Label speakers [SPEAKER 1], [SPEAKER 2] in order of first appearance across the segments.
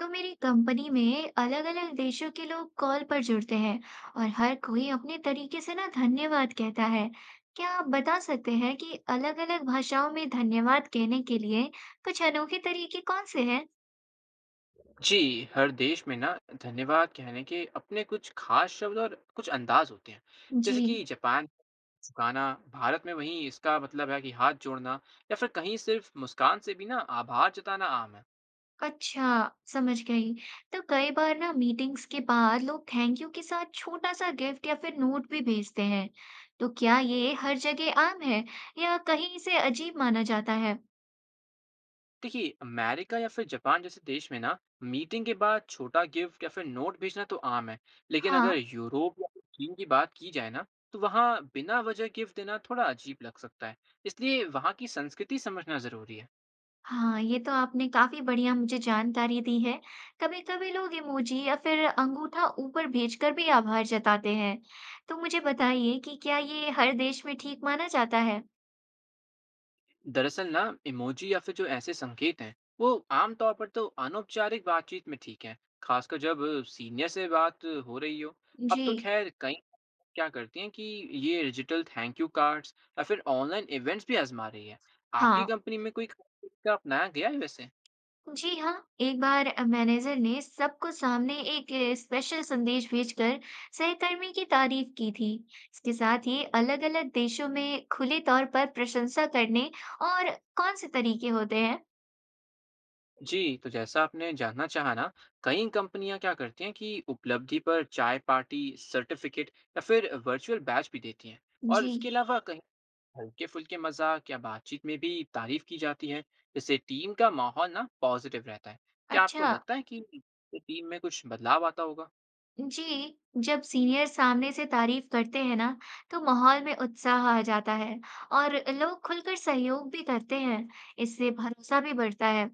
[SPEAKER 1] तो मेरी कंपनी में अलग अलग देशों के लोग कॉल पर जुड़ते हैं। और हर कोई अपने तरीके से ना धन्यवाद कहता है। क्या आप बता सकते हैं कि अलग अलग भाषाओं में धन्यवाद कहने के लिए कुछ अनोखे तरीके कौन से हैं?
[SPEAKER 2] जी, हर देश में ना धन्यवाद कहने के अपने कुछ खास शब्द और कुछ अंदाज होते हैं।
[SPEAKER 1] जी।
[SPEAKER 2] जैसे कि जापान झुकाना, भारत में वहीं इसका मतलब है कि हाथ जोड़ना या फिर कहीं सिर्फ मुस्कान से भी ना आभार जताना आम है।
[SPEAKER 1] अच्छा, समझ गई। तो कई बार ना मीटिंग्स के बाद लोग थैंक यू के साथ छोटा सा गिफ्ट या फिर नोट भी भेजते हैं। तो क्या ये हर जगह आम है, या कहीं इसे अजीब माना जाता है?
[SPEAKER 2] देखिए, अमेरिका या फिर जापान जैसे देश में ना मीटिंग के बाद छोटा गिफ्ट या फिर नोट भेजना तो आम है। लेकिन अगर
[SPEAKER 1] हाँ।
[SPEAKER 2] यूरोप या फिर चीन की बात की जाए ना तो वहाँ बिना वजह गिफ्ट देना थोड़ा अजीब लग सकता है। इसलिए वहाँ की संस्कृति समझना जरूरी है।
[SPEAKER 1] हाँ, ये तो आपने काफ़ी बढ़िया मुझे जानकारी दी है। कभी-कभी लोग इमोजी या फिर अंगूठा ऊपर भेजकर भी आभार जताते हैं। तो मुझे बताइए कि क्या ये हर देश में ठीक माना जाता है?
[SPEAKER 2] दरअसल ना इमोजी या फिर जो ऐसे संकेत हैं वो आमतौर पर तो अनौपचारिक बातचीत में ठीक है, खासकर जब सीनियर से बात हो रही हो। अब तो
[SPEAKER 1] जी,
[SPEAKER 2] खैर कई क्या करती हैं कि ये डिजिटल थैंक यू कार्ड्स या फिर ऑनलाइन इवेंट्स भी आजमा रही है। आपकी
[SPEAKER 1] हाँ।
[SPEAKER 2] कंपनी में कोई खास तरीका अपनाया गया है वैसे।
[SPEAKER 1] जी हाँ, एक बार मैनेजर ने सबको सामने एक स्पेशल संदेश भेजकर सहकर्मी की तारीफ की थी। इसके साथ ही अलग-अलग देशों में खुले तौर पर प्रशंसा करने और कौन से तरीके होते हैं?
[SPEAKER 2] जी तो जैसा आपने जानना चाहा ना कई कंपनियां क्या करती हैं कि उपलब्धि पर चाय पार्टी सर्टिफिकेट या फिर वर्चुअल बैच भी देती हैं। और
[SPEAKER 1] जी,
[SPEAKER 2] इसके अलावा हल्के फुल्के मजाक या बातचीत में भी तारीफ की जाती है जिससे टीम का माहौल ना पॉजिटिव रहता है। क्या आपको
[SPEAKER 1] अच्छा।
[SPEAKER 2] लगता है कि इससे टीम में कुछ बदलाव आता होगा?
[SPEAKER 1] जी, जब सीनियर सामने से तारीफ करते हैं ना, तो माहौल में उत्साह आ जाता है और लोग खुलकर सहयोग भी करते हैं। इससे भरोसा भी बढ़ता है।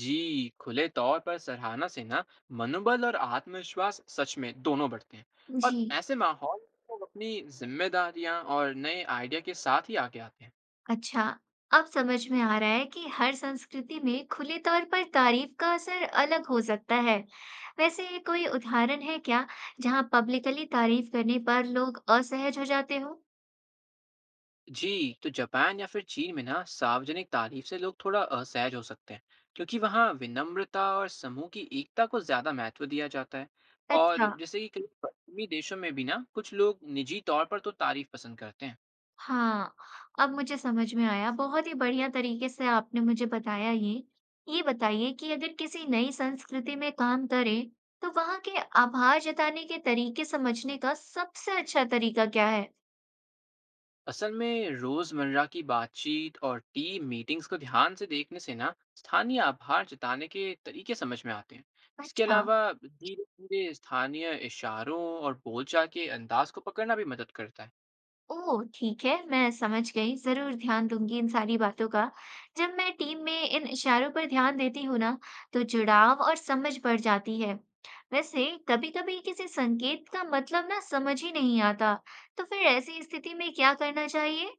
[SPEAKER 2] जी खुले तौर पर सराहना से ना मनोबल और आत्मविश्वास सच में दोनों बढ़ते हैं। और
[SPEAKER 1] जी,
[SPEAKER 2] ऐसे माहौल में लोग अपनी जिम्मेदारियां और नए आइडिया के साथ ही आगे आते हैं।
[SPEAKER 1] अच्छा, अब समझ में आ रहा है कि हर संस्कृति में खुले तौर पर तारीफ का असर अलग हो सकता है। वैसे कोई उदाहरण है क्या, जहाँ पब्लिकली तारीफ करने पर लोग असहज हो जाते हो?
[SPEAKER 2] जी, तो जापान या फिर चीन में ना सार्वजनिक तारीफ से लोग थोड़ा असहज हो सकते हैं, क्योंकि वहाँ विनम्रता और समूह की एकता को ज़्यादा महत्व दिया जाता है।
[SPEAKER 1] अच्छा।
[SPEAKER 2] और जैसे कि कई पश्चिमी देशों में भी ना कुछ लोग निजी तौर पर तो तारीफ पसंद करते हैं।
[SPEAKER 1] हाँ, अब मुझे समझ में आया। बहुत ही बढ़िया तरीके से आपने मुझे बताया ये। ये बताइए कि अगर किसी नई संस्कृति में काम करें, तो वहाँ के आभार जताने के तरीके समझने का सबसे अच्छा तरीका क्या है?
[SPEAKER 2] असल में रोज़मर्रा की बातचीत और टीम मीटिंग्स को ध्यान से देखने से ना स्थानीय आभार जताने के तरीके समझ में आते हैं। इसके
[SPEAKER 1] अच्छा।
[SPEAKER 2] अलावा धीरे-धीरे स्थानीय इशारों और बोलचाल के अंदाज को पकड़ना भी मदद करता है।
[SPEAKER 1] ओह! ठीक है, मैं समझ गई, ज़रूर ध्यान दूँगी इन सारी बातों का। जब मैं टीम में इन इशारों पर ध्यान देती हूँ ना, तो जुड़ाव और समझ बढ़ जाती है। वैसे कभी-कभी किसी संकेत का मतलब ना समझ ही नहीं आता, तो फिर ऐसी स्थिति में क्या करना चाहिए?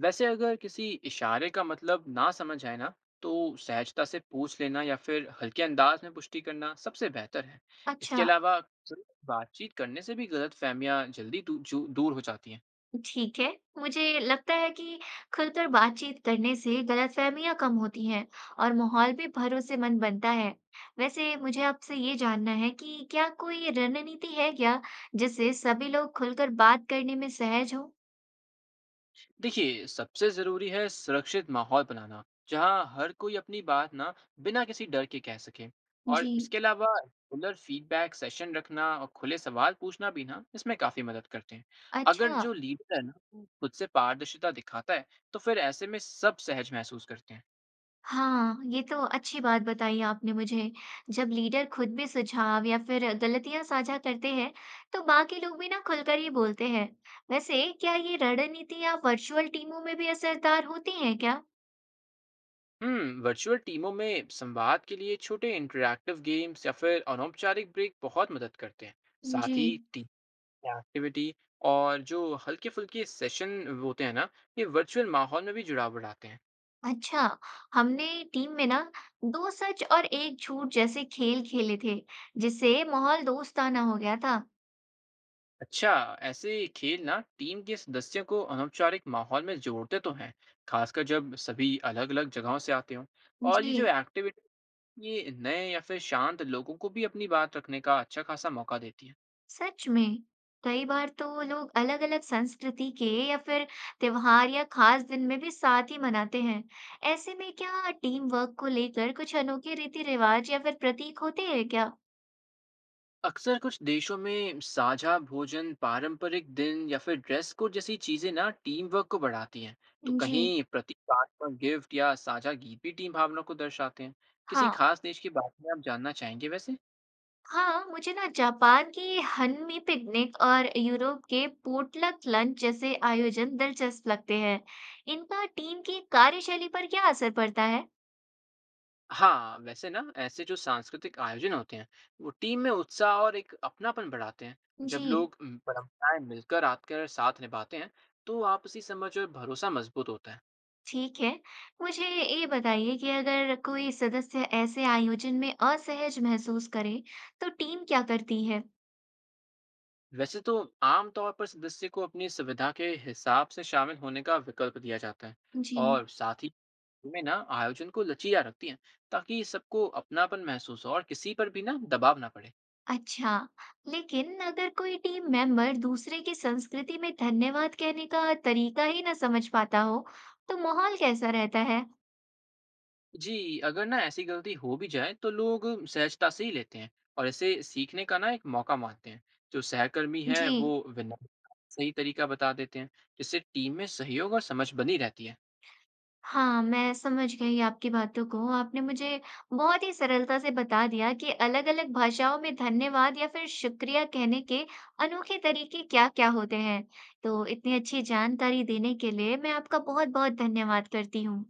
[SPEAKER 2] वैसे अगर किसी इशारे का मतलब ना समझ आए ना तो सहजता से पूछ लेना या फिर हल्के अंदाज में पुष्टि करना सबसे बेहतर है। इसके
[SPEAKER 1] अच्छा।
[SPEAKER 2] अलावा सिर्फ बातचीत करने से भी गलतफहमियां जल्दी दूर हो जाती हैं।
[SPEAKER 1] ठीक है, मुझे लगता है कि खुलकर बातचीत करने से गलतफहमियां कम होती हैं और माहौल भी भरोसेमंद बनता है। वैसे मुझे आपसे ये जानना है कि क्या कोई रणनीति है क्या, जिससे सभी लोग खुलकर बात करने में सहज हों?
[SPEAKER 2] देखिए सबसे जरूरी है सुरक्षित माहौल बनाना जहां हर कोई अपनी बात ना बिना किसी डर के कह सके। और
[SPEAKER 1] जी,
[SPEAKER 2] इसके अलावा रेगुलर फीडबैक सेशन रखना और खुले सवाल पूछना भी ना इसमें काफी मदद करते हैं। अगर
[SPEAKER 1] अच्छा।
[SPEAKER 2] जो लीडर है ना वो खुद से पारदर्शिता दिखाता है तो फिर ऐसे में सब सहज महसूस करते हैं।
[SPEAKER 1] हाँ, ये तो अच्छी बात बताई आपने मुझे। जब लीडर खुद भी सुझाव या फिर गलतियां साझा करते हैं, तो बाकी लोग भी ना खुलकर ही बोलते हैं। वैसे क्या ये रणनीति या वर्चुअल टीमों में भी असरदार होती हैं क्या?
[SPEAKER 2] वर्चुअल टीमों में संवाद के लिए छोटे इंटरैक्टिव गेम्स या फिर अनौपचारिक ब्रेक बहुत मदद करते हैं।
[SPEAKER 1] जी।
[SPEAKER 2] साथ ही टीम एक्टिविटी और जो हल्के-फुल्के सेशन होते हैं ना, ये वर्चुअल माहौल में भी जुड़ाव बढ़ाते हैं।
[SPEAKER 1] अच्छा, हमने टीम में ना दो सच और एक झूठ जैसे खेल खेले थे, जिससे माहौल दोस्ताना हो गया था।
[SPEAKER 2] अच्छा, ऐसे खेल ना टीम के सदस्यों को अनौपचारिक माहौल में जोड़ते तो हैं, खासकर जब सभी अलग-अलग जगहों से आते हों। और
[SPEAKER 1] जी।
[SPEAKER 2] ये जो एक्टिविटी, ये नए या फिर शांत लोगों को भी अपनी बात रखने का अच्छा खासा मौका देती है।
[SPEAKER 1] सच में कई बार तो लोग अलग-अलग संस्कृति के या फिर त्योहार या खास दिन में भी साथ ही मनाते हैं। ऐसे में क्या टीम वर्क को लेकर कुछ अनोखे रीति रिवाज या फिर प्रतीक होते हैं क्या?
[SPEAKER 2] अक्सर कुछ देशों में साझा भोजन, पारंपरिक दिन या फिर ड्रेस कोड जैसी चीजें ना टीम वर्क को बढ़ाती हैं, तो
[SPEAKER 1] जी।
[SPEAKER 2] कहीं प्रतीकात्मक गिफ्ट या साझा गीत भी टीम भावना को दर्शाते हैं। किसी
[SPEAKER 1] हाँ।
[SPEAKER 2] खास देश की बात में आप जानना चाहेंगे वैसे?
[SPEAKER 1] हाँ, मुझे ना जापान की हनमी पिकनिक और यूरोप के पोटलक लंच जैसे आयोजन दिलचस्प लगते हैं। इनका टीम की कार्यशैली पर क्या असर पड़ता है?
[SPEAKER 2] हाँ, वैसे ना ऐसे जो सांस्कृतिक आयोजन होते हैं, वो टीम में उत्साह और एक अपनापन बढ़ाते हैं।
[SPEAKER 1] जी।
[SPEAKER 2] जब लोग परंपराएं मिलकर आकर साथ निभाते हैं, तो आपसी समझ और भरोसा मजबूत होता है।
[SPEAKER 1] ठीक है। मुझे ये बताइए कि अगर कोई सदस्य ऐसे आयोजन में असहज महसूस करे, तो टीम क्या करती है?
[SPEAKER 2] वैसे तो आम तौर पर सदस्य को अपनी सुविधा के हिसाब से शामिल होने का विकल्प दिया जाता है।
[SPEAKER 1] जी।
[SPEAKER 2] और साथ ही में ना आयोजन को लचीला रखती हैं ताकि सबको अपनापन महसूस हो और किसी पर भी ना दबाव ना पड़े।
[SPEAKER 1] अच्छा, लेकिन अगर कोई टीम मेंबर दूसरे की संस्कृति में धन्यवाद कहने का तरीका ही ना समझ पाता हो, तो माहौल कैसा रहता है?
[SPEAKER 2] जी अगर ना ऐसी गलती हो भी जाए तो लोग सहजता से ही लेते हैं और इसे सीखने का ना एक मौका मानते हैं। जो सहकर्मी है वो
[SPEAKER 1] जी।
[SPEAKER 2] विनम्र सही तरीका बता देते हैं जिससे टीम में सहयोग और समझ बनी रहती है।
[SPEAKER 1] हाँ, मैं समझ गई आपकी बातों को। आपने मुझे बहुत ही सरलता से बता दिया कि अलग-अलग भाषाओं में धन्यवाद या फिर शुक्रिया कहने के अनोखे तरीके क्या-क्या होते हैं। तो इतनी अच्छी जानकारी देने के लिए मैं आपका बहुत-बहुत धन्यवाद करती हूँ।